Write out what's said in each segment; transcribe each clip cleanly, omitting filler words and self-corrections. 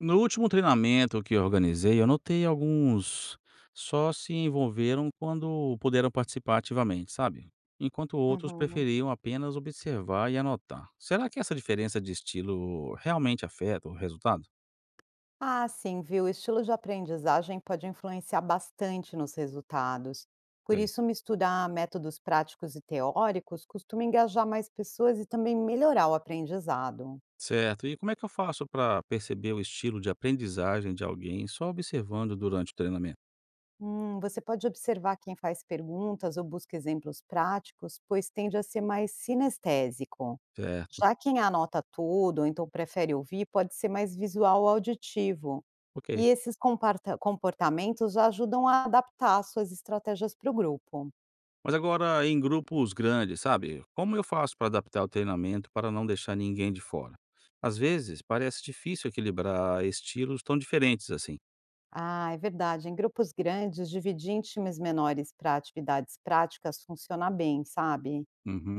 No último treinamento que eu organizei, eu notei alguns só se envolveram quando puderam participar ativamente, sabe? Enquanto outros Uhum. preferiam apenas observar e anotar. Será que essa diferença de estilo realmente afeta o resultado? Ah, sim, viu? O estilo de aprendizagem pode influenciar bastante nos resultados. Por Sei. isso, misturar métodos práticos e teóricos costuma engajar mais pessoas e também melhorar o aprendizado. Certo. E como é que eu faço para perceber o estilo de aprendizagem de alguém só observando durante o treinamento? Você pode observar quem faz perguntas ou busca exemplos práticos, pois tende a ser mais sinestésico. Certo. Já quem anota tudo, ou então prefere ouvir, pode ser mais visual ou auditivo. Ok. E esses comportamentos já ajudam a adaptar suas estratégias para o grupo. Mas agora em grupos grandes, sabe? Como eu faço para adaptar o treinamento para não deixar ninguém de fora? Às vezes parece difícil equilibrar estilos tão diferentes assim. Ah, é verdade. Em grupos grandes, dividir em times menores para atividades práticas funciona bem, sabe?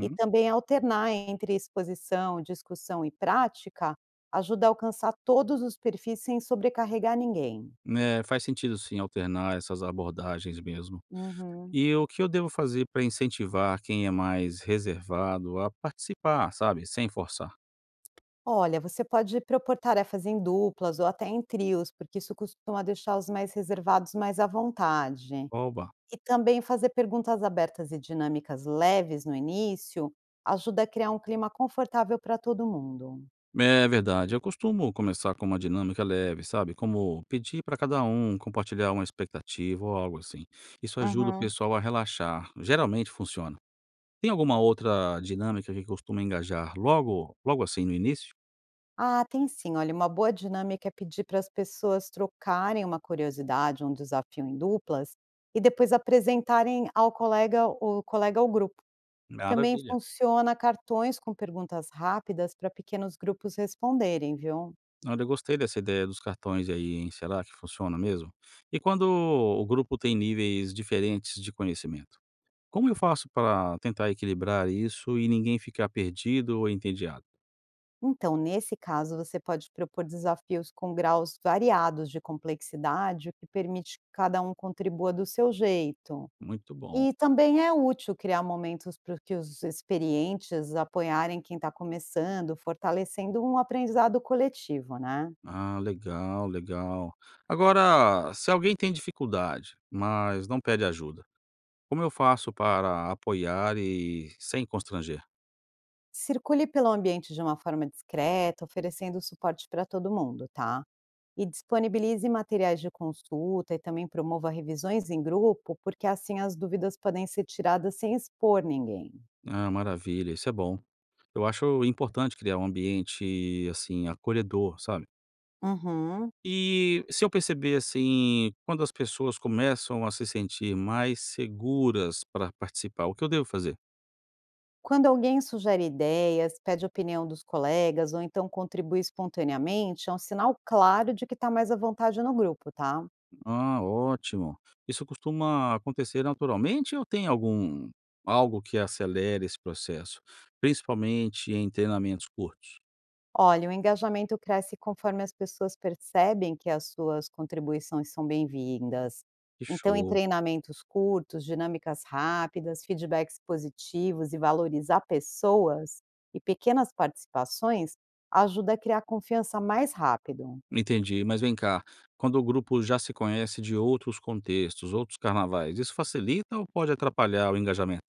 E também alternar entre exposição, discussão e prática ajuda a alcançar todos os perfis sem sobrecarregar ninguém. É, faz sentido sim alternar essas abordagens mesmo. Uhum. E o que eu devo fazer para incentivar quem é mais reservado a participar, sabe? Sem forçar? Olha, você pode propor tarefas em duplas ou até em trios, porque isso costuma deixar os mais reservados mais à vontade. Oba! E também fazer perguntas abertas e dinâmicas leves no início ajuda a criar um clima confortável para todo mundo. É verdade, eu costumo começar com uma dinâmica leve, sabe, como pedir para cada um compartilhar uma expectativa ou algo assim. Isso ajuda o Uhum. pessoal a relaxar, geralmente funciona. Tem alguma outra dinâmica que costuma engajar logo logo assim no início? Ah, tem sim. Olha, uma boa dinâmica é pedir para as pessoas trocarem uma curiosidade, um desafio em duplas, e depois apresentarem ao colega o colega ao grupo. Também Maravilha. funciona cartões com perguntas rápidas para pequenos grupos responderem, viu? Olha, eu gostei dessa ideia dos cartões aí, hein, será que funciona mesmo? E quando o grupo tem níveis diferentes de conhecimento, como eu faço para tentar equilibrar isso e ninguém ficar perdido ou entediado? Então, nesse caso, você pode propor desafios com graus variados de complexidade, o que permite que cada um contribua do seu jeito. Muito bom. E também é útil criar momentos para que os experientes apoiarem quem está começando, fortalecendo um aprendizado coletivo, né. Ah, legal, legal. Agora, se alguém tem dificuldade, mas não pede ajuda, como eu faço para apoiar e sem constranger? Circule pelo ambiente de uma forma discreta, oferecendo suporte para todo mundo, tá. E disponibilize materiais de consulta e também promova revisões em grupo, porque assim as dúvidas podem ser tiradas sem expor ninguém. Ah, maravilha, isso é bom. Eu acho importante criar um ambiente assim acolhedor, sabe? Uhum. E se eu perceber assim, quando as pessoas começam a se sentir mais seguras para participar, o que eu devo fazer? Quando alguém sugere ideias, pede opinião dos colegas ou então contribui espontaneamente, é um sinal claro de que está mais à vontade no grupo, tá? Ah, ótimo. Isso costuma acontecer naturalmente ou tem algum algo que acelere esse processo, principalmente em treinamentos curtos? Olha, o engajamento cresce conforme as pessoas percebem que as suas contribuições são bem-vindas. Que Então, em show. treinamentos curtos, dinâmicas rápidas, feedbacks positivos e valorizar pessoas e pequenas participações ajuda a criar confiança mais rápido. Entendi, mas vem cá, quando o grupo já se conhece de outros contextos, outros carnavais, isso facilita ou pode atrapalhar o engajamento?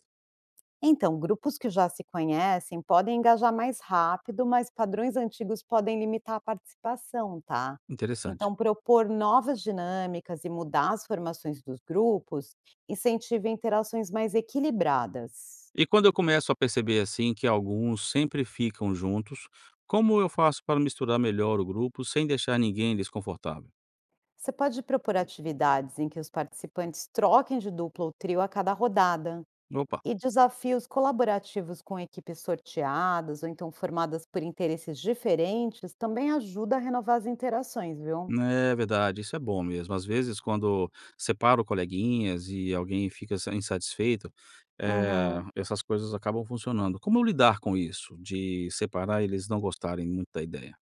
Então, grupos que já se conhecem podem engajar mais rápido, mas padrões antigos podem limitar a participação, tá? Interessante. Então, propor novas dinâmicas e mudar as formações dos grupos incentiva interações mais equilibradas. E quando eu começo a perceber assim que alguns sempre ficam juntos, como eu faço para misturar melhor o grupo sem deixar ninguém desconfortável? Você pode propor atividades em que os participantes troquem de dupla ou trio a cada rodada Opa. e desafios colaborativos com equipes sorteadas ou então formadas por interesses diferentes também ajuda a renovar as interações, viu? É verdade, isso é bom mesmo. Às vezes, quando separo coleguinhas e alguém fica insatisfeito, Uhum. essas coisas acabam funcionando. Como eu lidar com isso, de separar e eles não gostarem muito da ideia?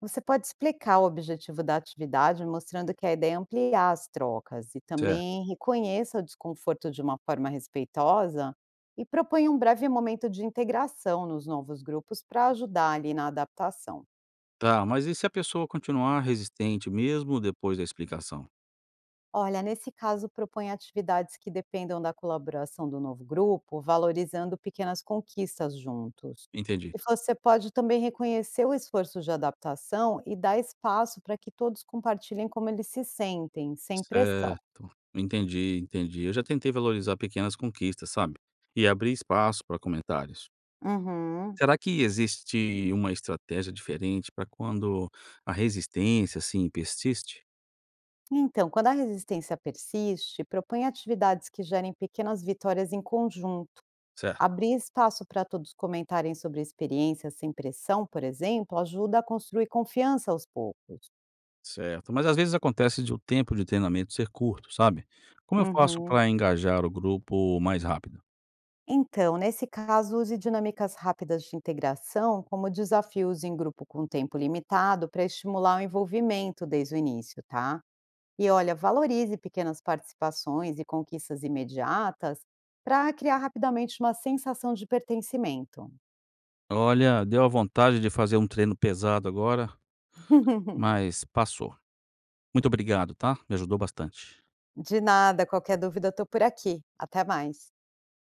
Você pode explicar o objetivo da atividade, mostrando que a ideia é ampliar as trocas e Certo. também reconheça o desconforto de uma forma respeitosa e proponha um breve momento de integração nos novos grupos para ajudar ali na adaptação. Tá, mas e se a pessoa continuar resistente mesmo depois da explicação? Olha, nesse caso, propõe atividades que dependam da colaboração do novo grupo, valorizando pequenas conquistas juntos. Entendi. E você pode também reconhecer o esforço de adaptação e dar espaço para que todos compartilhem como eles se sentem, sem pressão. Certo. Entendi, entendi. Eu já tentei valorizar pequenas conquistas, sabe? E abrir espaço para comentários. Uhum. Será que existe uma estratégia diferente para quando a resistência, assim, persiste? Então, quando a resistência persiste, propõe atividades que gerem pequenas vitórias em conjunto. Certo, Abrir espaço para todos comentarem sobre experiências sem pressão, por exemplo, ajuda a construir confiança aos poucos. certo. Mas às vezes acontece de o tempo de treinamento ser curto, sabe? Como eu faço Uhum. para engajar o grupo mais rápido? Então, nesse caso, use dinâmicas rápidas de integração, como desafios em grupo com tempo limitado, para estimular o envolvimento desde o início, tá? E olha, valorize pequenas participações e conquistas imediatas para criar rapidamente uma sensação de pertencimento. Olha, deu a vontade de fazer um treino pesado agora, mas passou. Muito obrigado, tá? Me ajudou bastante. De nada, qualquer dúvida, estou por aqui. Até mais.